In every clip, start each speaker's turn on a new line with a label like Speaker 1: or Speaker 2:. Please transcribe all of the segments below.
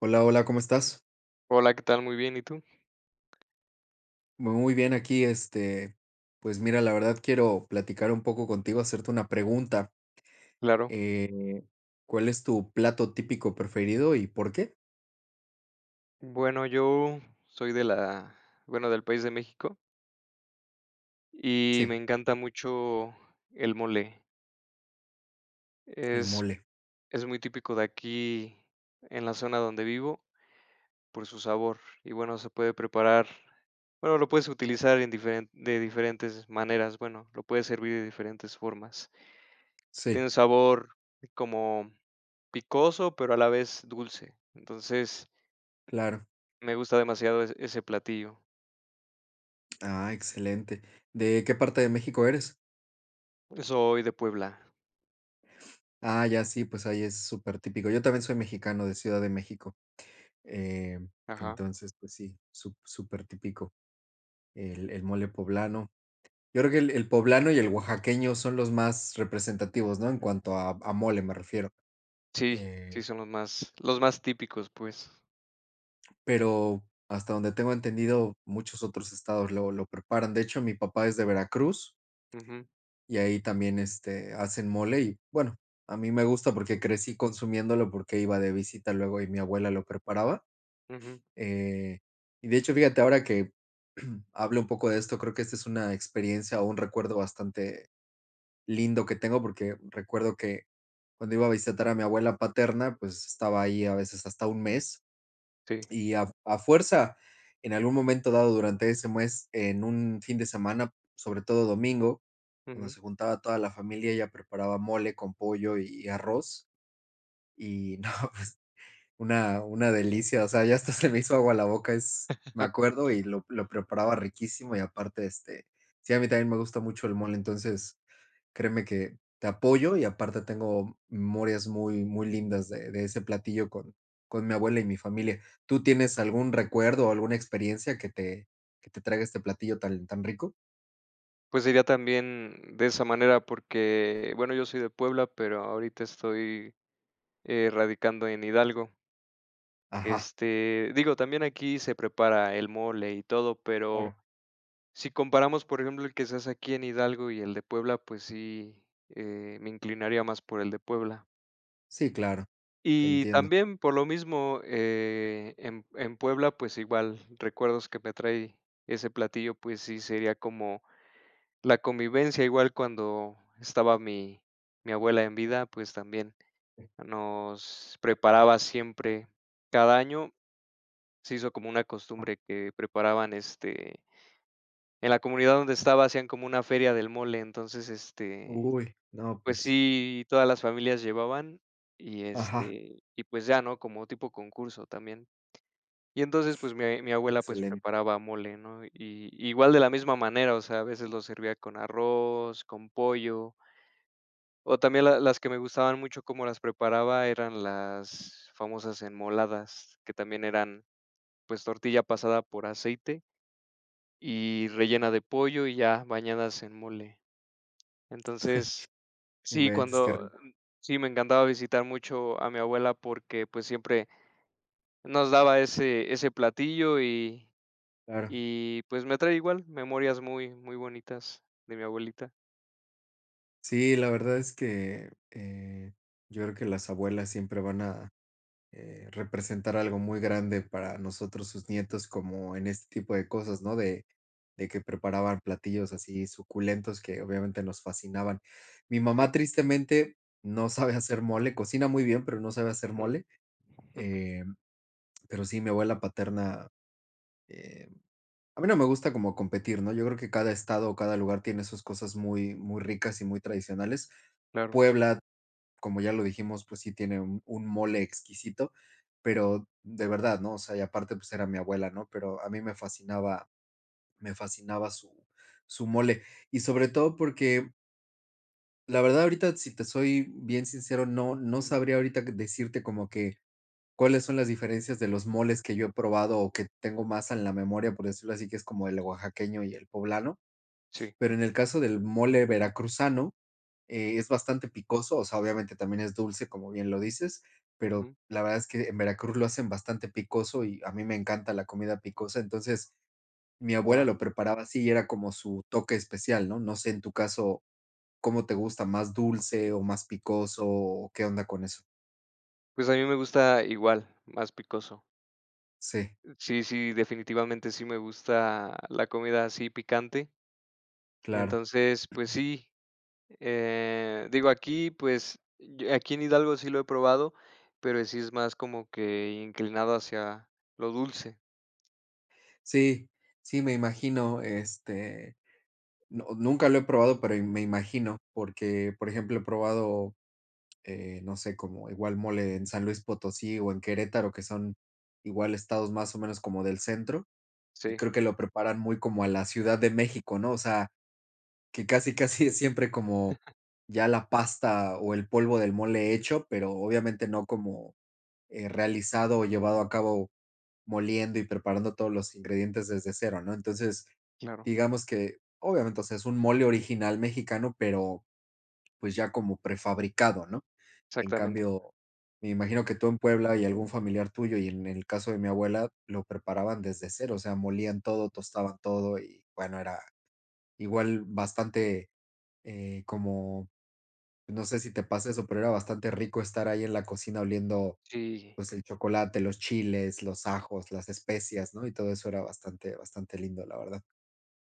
Speaker 1: Hola, hola, ¿cómo estás?
Speaker 2: Hola, ¿qué tal? Muy bien, ¿y tú?
Speaker 1: Muy bien aquí, pues mira, la verdad quiero platicar un poco contigo, hacerte una pregunta.
Speaker 2: Claro.
Speaker 1: Eh, ¿Cuál es tu plato típico preferido y por qué?
Speaker 2: Bueno, yo soy de la bueno, del país de México y me
Speaker 1: Sí,
Speaker 2: encanta mucho el mole.
Speaker 1: el
Speaker 2: Es
Speaker 1: mole.
Speaker 2: es muy típico de aquí en la zona donde vivo por su sabor y, se puede preparar bueno, lo puedes utilizar en diferen de diferentes maneras, bueno, lo puedes servir de diferentes formas.
Speaker 1: Sí,
Speaker 2: Tiene un sabor como picoso, pero a la vez dulce. Entonces,
Speaker 1: claro.
Speaker 2: me gusta demasiado ese platillo.
Speaker 1: Ah, excelente. ¿De qué parte de México eres?
Speaker 2: Soy de Puebla.
Speaker 1: Ah, ya sí, pues ahí es súper típico. Yo también soy mexicano de Ciudad de México. eh,
Speaker 2: Ajá.
Speaker 1: entonces, pues sí, sú súper típico el mole poblano. Yo creo que el poblano y el oaxaqueño son los más representativos, ¿no? En cuanto a, mole me refiero.
Speaker 2: Sí, sí,
Speaker 1: Eh,
Speaker 2: son los más típicos, pues.
Speaker 1: pero hasta donde tengo entendido, muchos otros estados lo preparan. De hecho, mi papá es de Veracruz
Speaker 2: Ujú,
Speaker 1: y ahí también hacen mole y bueno, a mí me gusta porque crecí consumiéndolo porque iba de visita luego y mi abuela lo preparaba.
Speaker 2: ujú,
Speaker 1: Eh, y de hecho, fíjate, ahora que hablo un poco de esto, creo que esta es una experiencia o un recuerdo bastante lindo que tengo porque recuerdo que cuando iba a visitar a mi abuela paterna, pues estaba ahí a veces hasta un mes
Speaker 2: sí,
Speaker 1: y a, fuerza, en algún momento dado durante ese mes, en un fin de semana, sobre todo domingo, cuando
Speaker 2: ujú.
Speaker 1: se juntaba toda la familia, ella preparaba mole con pollo y arroz y no, pues una delicia, o sea, ya hasta se me hizo agua la boca, es, me acuerdo, y lo preparaba riquísimo y aparte, sí, a mí también me gusta mucho el mole, entonces créeme que te apoyo y aparte tengo memorias muy, muy lindas de ese platillo con mi abuela y mi familia. ¿Tú tienes algún recuerdo o alguna experiencia que te, traiga este platillo tan, tan rico?
Speaker 2: Pues sería también de esa manera, porque, bueno, yo soy de Puebla, pero ahorita estoy, radicando en Hidalgo.
Speaker 1: Ajá,
Speaker 2: Este, digo, también aquí se prepara el mole y todo, pero
Speaker 1: claro.
Speaker 2: si comparamos, por ejemplo, el que se hace aquí en Hidalgo y el de Puebla, pues sí, me inclinaría más por el de Puebla.
Speaker 1: Sí, claro, te
Speaker 2: Y
Speaker 1: entiendo.
Speaker 2: también por lo mismo, en Puebla, pues igual, recuerdos que me trae ese platillo, pues sí, sería como la convivencia, igual cuando estaba mi abuela en vida, pues también nos preparaba siempre, cada año se hizo como una
Speaker 1: Ah,
Speaker 2: costumbre que preparaban, en la comunidad donde estaba hacían como una feria del mole, entonces,
Speaker 1: uy, no,
Speaker 2: pues
Speaker 1: pues.
Speaker 2: sí, todas las familias llevaban y,
Speaker 1: Ajá,
Speaker 2: y pues ya, ¿no? Como tipo concurso también. Y entonces, pues, mi abuela, pues,
Speaker 1: excelente.
Speaker 2: preparaba mole, ¿no? Y igual de la misma manera, o sea, a veces lo servía con arroz, con pollo, o también la las que me gustaban mucho cómo las preparaba eran las famosas enmoladas, que también eran, pues, tortilla pasada por aceite y rellena de pollo y ya bañadas en mole. Entonces, sí,
Speaker 1: Inventes, qué
Speaker 2: cuando
Speaker 1: rico.
Speaker 2: sí, me encantaba visitar mucho a mi abuela porque, pues, siempre nos daba ese platillo. y
Speaker 1: Claro.
Speaker 2: Y, pues, me trae igual memorias muy, muy bonitas de mi abuelita.
Speaker 1: Sí, la verdad es que yo creo que las abuelas siempre van a, representar algo muy grande para nosotros, sus nietos, como en este tipo de cosas, ¿no? De que preparaban platillos así suculentos que obviamente nos fascinaban. Mi mamá
Speaker 2: Sí.
Speaker 1: tristemente no sabe hacer mole, cocina muy bien, pero no sabe hacer
Speaker 2: Ujú.
Speaker 1: mole.
Speaker 2: ujú.
Speaker 1: eh, pero sí, mi abuela paterna, eh, a mí no me gusta como competir, ¿no? Yo creo que cada estado o cada lugar tiene sus cosas muy, muy ricas y muy tradicionales.
Speaker 2: Claro.
Speaker 1: Puebla, como ya lo dijimos, pues sí tiene un mole exquisito, pero de verdad, ¿no? O sea, y aparte, pues era mi abuela, ¿no? Pero a mí me fascinaba, me fascinaba su su mole. Y sobre todo porque, la verdad, ahorita, si te soy bien sincero, no
Speaker 2: Ujú.
Speaker 1: sabría ahorita que decirte, como que cuáles son las diferencias de los moles que yo he probado o que tengo más en la memoria, por decirlo así, que es como el oaxaqueño y el poblano.
Speaker 2: Sí.
Speaker 1: Pero en el caso del mole veracruzano, es bastante picoso, o sea, obviamente también es dulce, como bien lo dices, pero
Speaker 2: Ujú.
Speaker 1: la verdad es que en Veracruz lo hacen bastante picoso y a mí me encanta la comida picosa, entonces mi abuela
Speaker 2: Guau.
Speaker 1: lo preparaba así y era como su toque especial, ¿no? No sé en tu caso cómo te gusta, más dulce o más picoso o qué onda con eso.
Speaker 2: Pues, a mí me gusta igual, más picoso.
Speaker 1: Sí,
Speaker 2: Sí, sí, definitivamente sí me gusta la comida así picante.
Speaker 1: claro.
Speaker 2: Entonces, pues sí, digo, aquí, pues, yo aquí en Hidalgo sí lo he probado, pero sí es más como que inclinado hacia lo dulce.
Speaker 1: Sí, sí, me imagino, nunca lo he probado, pero me imagino, porque, por ejemplo, he probado, no sé, como igual mole en San Luis Potosí o en Querétaro, que son igual estados más o menos como del centro, y
Speaker 2: Sí,
Speaker 1: creo que lo preparan muy como a la Ciudad de México, ¿no? O sea, que casi, casi es siempre como ya la pasta o el polvo del mole hecho, pero obviamente no como, realizado o llevado a cabo moliendo y preparando todos los ingredientes desde cero, ¿no? Entonces,
Speaker 2: claro,
Speaker 1: digamos que, obviamente, o sea, es un mole original mexicano, pero pues ya como prefabricado, ¿no? En
Speaker 2: exactamente.
Speaker 1: cambio, me imagino que tú en Puebla y algún familiar tuyo, y en el caso de mi abuela, lo preparaban desde cero, o sea, molían todo, tostaban todo y bueno, era igual bastante, como, no sé si te pasa eso, pero era bastante rico estar ahí en la cocina oliendo
Speaker 2: Sí.
Speaker 1: pues el chocolate, los chiles, los ajos, las especias, ¿no? Y todo eso era bastante, bastante lindo, la verdad.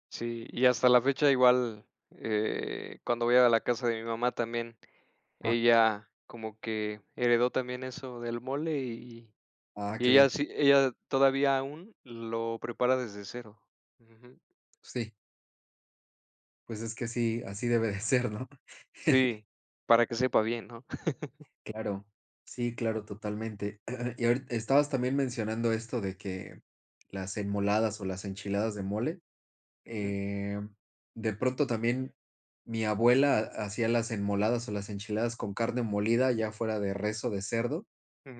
Speaker 2: Sí, y hasta la fecha igual, cuando voy a la casa de mi mamá también,
Speaker 1: Ah,
Speaker 2: ella como que heredó también eso del mole. Y
Speaker 1: ah,
Speaker 2: y
Speaker 1: qué
Speaker 2: ella
Speaker 1: bien.
Speaker 2: sí ella todavía aún lo prepara desde cero. Ujú.
Speaker 1: Sí, pues es que sí, así debe de ser, ¿no?
Speaker 2: Sí, para que sepa bien, ¿no?
Speaker 1: Claro, sí, claro, totalmente. Y ahorita estabas también mencionando esto de que las enmoladas o las enchiladas de mole,
Speaker 2: Ujú,
Speaker 1: eh, de pronto también mi abuela hacía las enmoladas o las enchiladas con carne molida, ya fuera de res o de cerdo,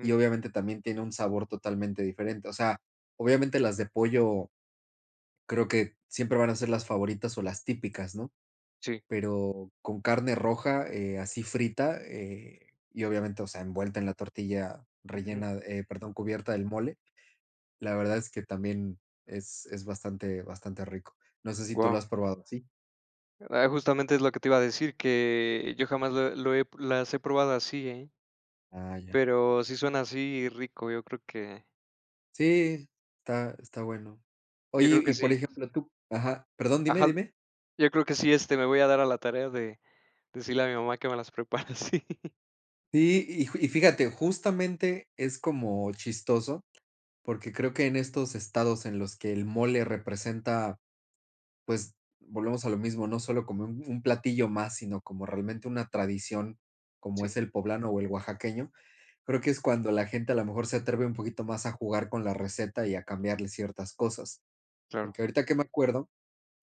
Speaker 1: y obviamente también tiene un sabor totalmente diferente. O sea, obviamente las de pollo creo que siempre van a ser las favoritas o las típicas, ¿no?
Speaker 2: sí,
Speaker 1: Pero con carne roja, así frita, y obviamente, o sea, envuelta en la tortilla
Speaker 2: ujú.
Speaker 1: rellena, perdón, cubierta del mole. La verdad es que también es bastante, bastante rico. No sé si tú lo
Speaker 2: Guau.
Speaker 1: has probado, ¿sí?
Speaker 2: Ah, justamente es lo que te iba a decir, que yo jamás lo lo he las he probado así, ¿eh?
Speaker 1: Ah, ya.
Speaker 2: Pero sí suena así rico,
Speaker 1: Sí, está bueno.
Speaker 2: yo creo
Speaker 1: Oye,
Speaker 2: que
Speaker 1: y por
Speaker 2: sí.
Speaker 1: ejemplo, tú, ajá, perdón, dime,
Speaker 2: Ajá,
Speaker 1: dime.
Speaker 2: yo creo que sí, me voy a dar a la tarea de decirle a mi mamá que me las prepare así.
Speaker 1: Sí, y fíjate, justamente es como chistoso, porque creo que en estos estados en los que el mole representa, pues, volvemos a lo mismo, no solo como un platillo más, sino como realmente una tradición, como es
Speaker 2: Sí.
Speaker 1: el poblano o el oaxaqueño. Creo que
Speaker 2: Ujú.
Speaker 1: es cuando la gente a lo mejor se atreve un poquito más a jugar con la receta y a cambiarle ciertas cosas.
Speaker 2: Claro.
Speaker 1: Porque ahorita que me acuerdo,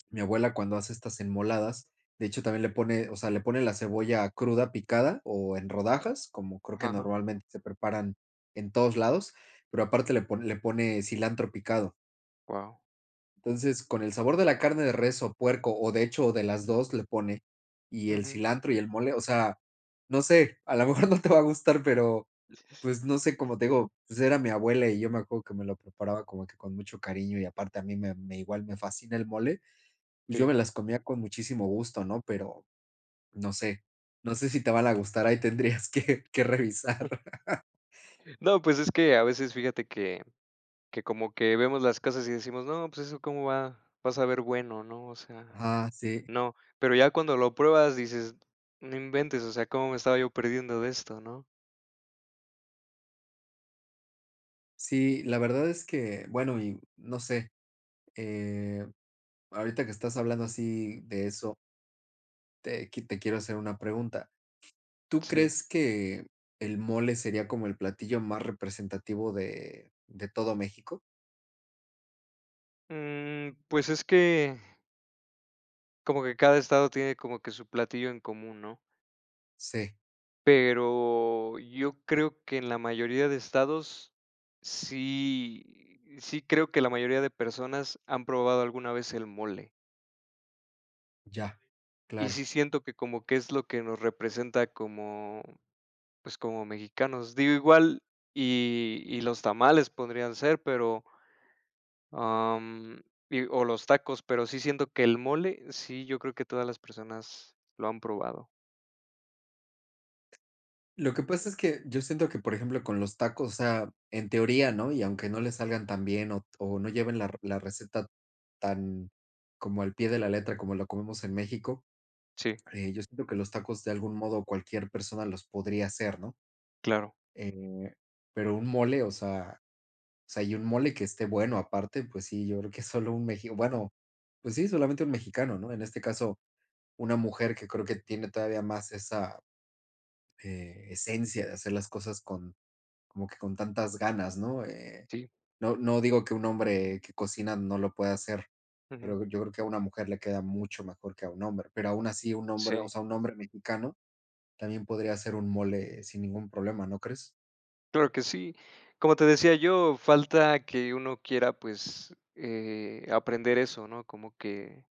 Speaker 1: mi abuela, cuando hace estas enmoladas, de hecho, también le pone, o sea, le pone la cebolla cruda picada o en rodajas, como creo que
Speaker 2: Ajá,
Speaker 1: normalmente se preparan en todos lados, pero aparte le pone cilantro picado.
Speaker 2: wow.
Speaker 1: Entonces, con el sabor de la carne de res o puerco, o de hecho, o de las 2 le pone, y el cilantro y el mole, o sea, no sé, a lo mejor no te va a gustar, pero, pues, no sé, como te digo, pues, era mi abuela y yo me acuerdo que me lo preparaba como que con mucho cariño y aparte a mí me igual me fascina el mole, pues, yo
Speaker 2: Sí.
Speaker 1: me las comía con muchísimo gusto, ¿no? Pero no sé, no sé si te van a gustar, ahí tendrías que que revisar.
Speaker 2: No, pues es que a veces fíjate que como que vemos las casas y decimos: "No, pues eso cómo va a saber bueno", ¿no? O sea,
Speaker 1: Ajá, sí.
Speaker 2: no. Pero ya cuando lo pruebas dices: "No inventes, o sea, cómo me estaba yo perdiendo de esto", ¿no?
Speaker 1: Sí, la verdad es que, bueno, y no sé, eh ahorita que estás hablando así de eso, te, te quiero hacer una pregunta. ¿Tú
Speaker 2: Sí.
Speaker 1: crees que el mole sería como el platillo más representativo de todo México?
Speaker 2: Mm, pues es que como que cada estado tiene como que su platillo en común, ¿no?
Speaker 1: Sí,
Speaker 2: Pero yo creo que en la mayoría de estados sí creo que la mayoría de personas han probado alguna vez el mole.
Speaker 1: ya,
Speaker 2: Y
Speaker 1: claro.
Speaker 2: sí siento que como que es lo que nos representa como, pues, como mexicanos. Digo, igual y los tamales podrían ser, pero, am, y o los tacos, pero sí siento que el mole, sí, yo creo que todas las personas lo han probado.
Speaker 1: Lo que pasa es que yo siento que, por ejemplo, con los tacos, o sea, en teoría, ¿no? Y aunque no le salgan tan bien o no lleven la receta tan como al pie de la letra como lo comemos en México,
Speaker 2: Sí,
Speaker 1: yo siento que los tacos de algún modo cualquier persona los podría hacer, ¿no?
Speaker 2: claro.
Speaker 1: Eh, pero un mole, o sea, o sea, y un mole que esté bueno aparte, pues sí, yo creo que solo un meji bueno, pues sí, solamente un mexicano, ¿no? En este caso, una mujer que creo que tiene todavía más esa, esencia de hacer las cosas con, como que con tantas ganas, ¿no?
Speaker 2: Sí.
Speaker 1: No no digo que un hombre que cocina no lo pueda hacer,
Speaker 2: Ujú.
Speaker 1: pero yo creo que a una mujer le queda mucho mejor que a un hombre, pero aún así un hombre, o
Speaker 2: Sí.
Speaker 1: sea, un hombre mexicano también podría hacer un mole sin ningún problema, ¿no crees?
Speaker 2: Claro que sí. Como te decía yo, falta que uno quiera, pues, aprender eso, ¿no? Como que,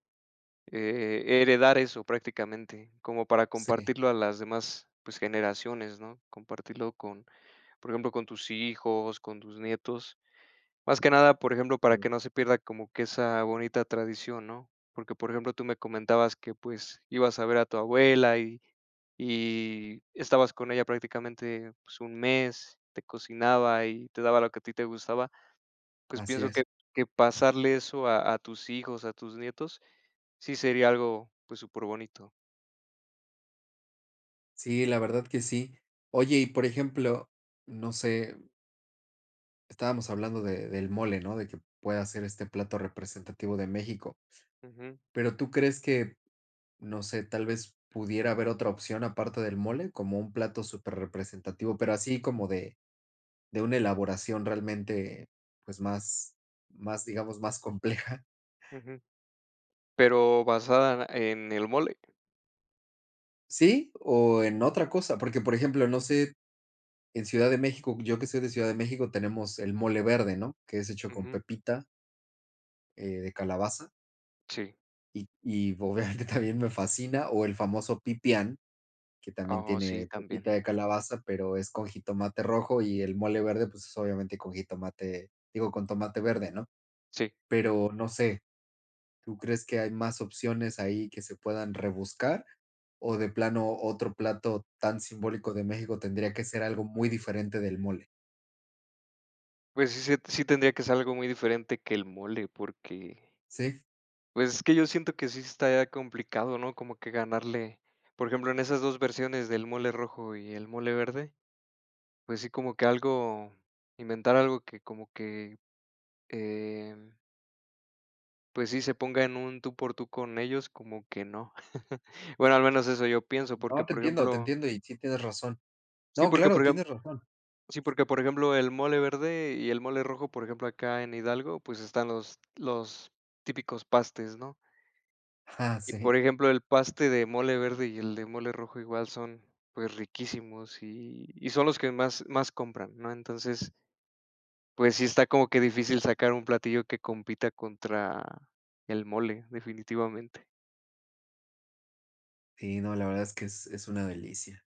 Speaker 2: heredar eso prácticamente, como para
Speaker 1: Sí,
Speaker 2: compartirlo a las demás, pues, generaciones, ¿no? Compartirlo con, por ejemplo, con tus hijos, con tus nietos. Más que nada, por ejemplo, para
Speaker 1: mm.
Speaker 2: que no se pierda como que esa bonita tradición, ¿no? Porque, por ejemplo, tú me comentabas que, pues, ibas a ver a tu abuela y estabas con ella prácticamente, pues, un mes, te cocinaba y te daba lo que a ti te gustaba. Pues,
Speaker 1: Así
Speaker 2: pienso que
Speaker 1: es.
Speaker 2: pasarle eso a tus hijos, a tus nietos, sí sería algo, pues, superbonito.
Speaker 1: Sí, la verdad que sí. Oye, y por ejemplo, no sé, estábamos hablando del mole, ¿no? De que pueda ser este plato representativo de México.
Speaker 2: Ujú,
Speaker 1: Pero ¿tú crees que, no sé, tal vez pudiera haber otra opción aparte del mole, como un plato súper representativo, pero así como de una elaboración realmente, pues más, más, digamos, más compleja?
Speaker 2: ujú. Pero basada en el mole.
Speaker 1: ¿Sí? ¿O en otra cosa? Porque, por ejemplo, no sé, en Ciudad de México, yo que soy de Ciudad de México, tenemos el mole verde, ¿no? Que es hecho con
Speaker 2: Ujú.
Speaker 1: pepita, de calabaza
Speaker 2: Sí.
Speaker 1: y obviamente también me fascina, o el famoso pipián, que también
Speaker 2: Oh, sí,
Speaker 1: tiene pepita
Speaker 2: también.
Speaker 1: de calabaza, pero es con jitomate rojo, y el mole verde, pues, es obviamente con jitomate, digo, con tomate verde, ¿no?
Speaker 2: Sí.
Speaker 1: Pero no sé, ¿tú crees que hay más opciones ahí que se puedan rebuscar? O de plano otro plato tan simbólico de México tendría que ser algo muy diferente del mole.
Speaker 2: Pues sí, se sí tendría que ser algo muy diferente que el mole, porque,
Speaker 1: Sí,
Speaker 2: pues, es que yo siento que sí está complicado, ¿no? Como que ganarle, por ejemplo, en esas 2 versiones del mole rojo y el mole verde, pues sí, como que algo inventar algo que como que, em, pues sí, se ponga en un tú por tú con ellos, como que no. Bueno, al menos eso yo pienso, porque,
Speaker 1: no, te entiendo, te entiendo, y sí tienes razón. No,
Speaker 2: porque,
Speaker 1: claro, tienes razón.
Speaker 2: porque, por ejemplo, el mole verde y el mole rojo, por ejemplo, acá en Hidalgo, pues están los típicos pastes, ¿no?
Speaker 1: Ah,
Speaker 2: Y por
Speaker 1: sí.
Speaker 2: ejemplo, el paste de mole verde y el de mole rojo igual son, pues, riquísimos y son los que más compran, ¿no? Entonces, pues sí está como que difícil sacar un platillo que compita contra el mole, definitivamente.
Speaker 1: Sí, no, la verdad es que es una delicia.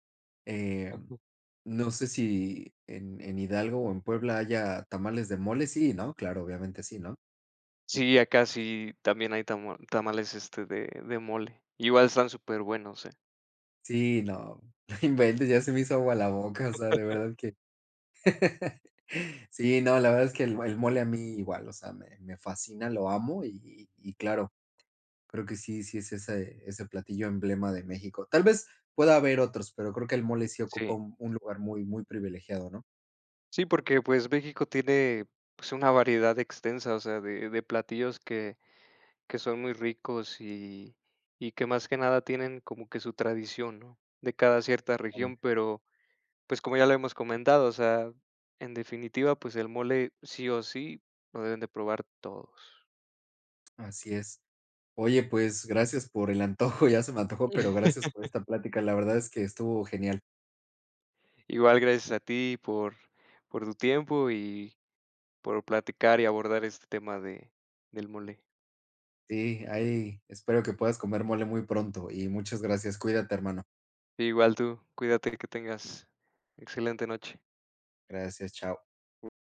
Speaker 1: Eh,
Speaker 2: Ujú.
Speaker 1: no sé si en Hidalgo o en Puebla haya tamales de mole. Sí, ¿no? Claro, obviamente sí, ¿no?
Speaker 2: Sí, acá sí también hay tamales, de mole. Igual están superbuenos, ¿eh?
Speaker 1: Sí, no, no inventes, ya se me hizo agua la boca, o sea, de verdad que Sí, no, la verdad es que el mole a mí igual, o sea, me fascina, lo amo y claro, creo que sí, sí es ese platillo emblema de México. Tal vez pueda haber otros, pero creo que el mole sí ocupa
Speaker 2: Sí.
Speaker 1: un lugar muy, muy privilegiado, ¿no?
Speaker 2: Sí, porque, pues, México tiene, pues, una variedad extensa, o sea, de platillos que son muy ricos y que más que nada tienen como que su tradición, ¿no?, de cada cierta
Speaker 1: Claro,
Speaker 2: región, pero, pues, como ya lo hemos comentado, o sea, en definitiva, pues, el mole sí o sí lo deben de probar todos.
Speaker 1: así es. Oye, pues gracias por el antojo, ya se me antojó, pero gracias por esta plática. La verdad es que estuvo genial.
Speaker 2: Igual gracias a ti por tu tiempo y por platicar y abordar este tema de del mole.
Speaker 1: Sí, ahí espero que puedas comer mole muy pronto y muchas gracias. Cuídate, hermano.
Speaker 2: Igual tú, cuídate, que tengas excelente noche.
Speaker 1: Gracias, chao.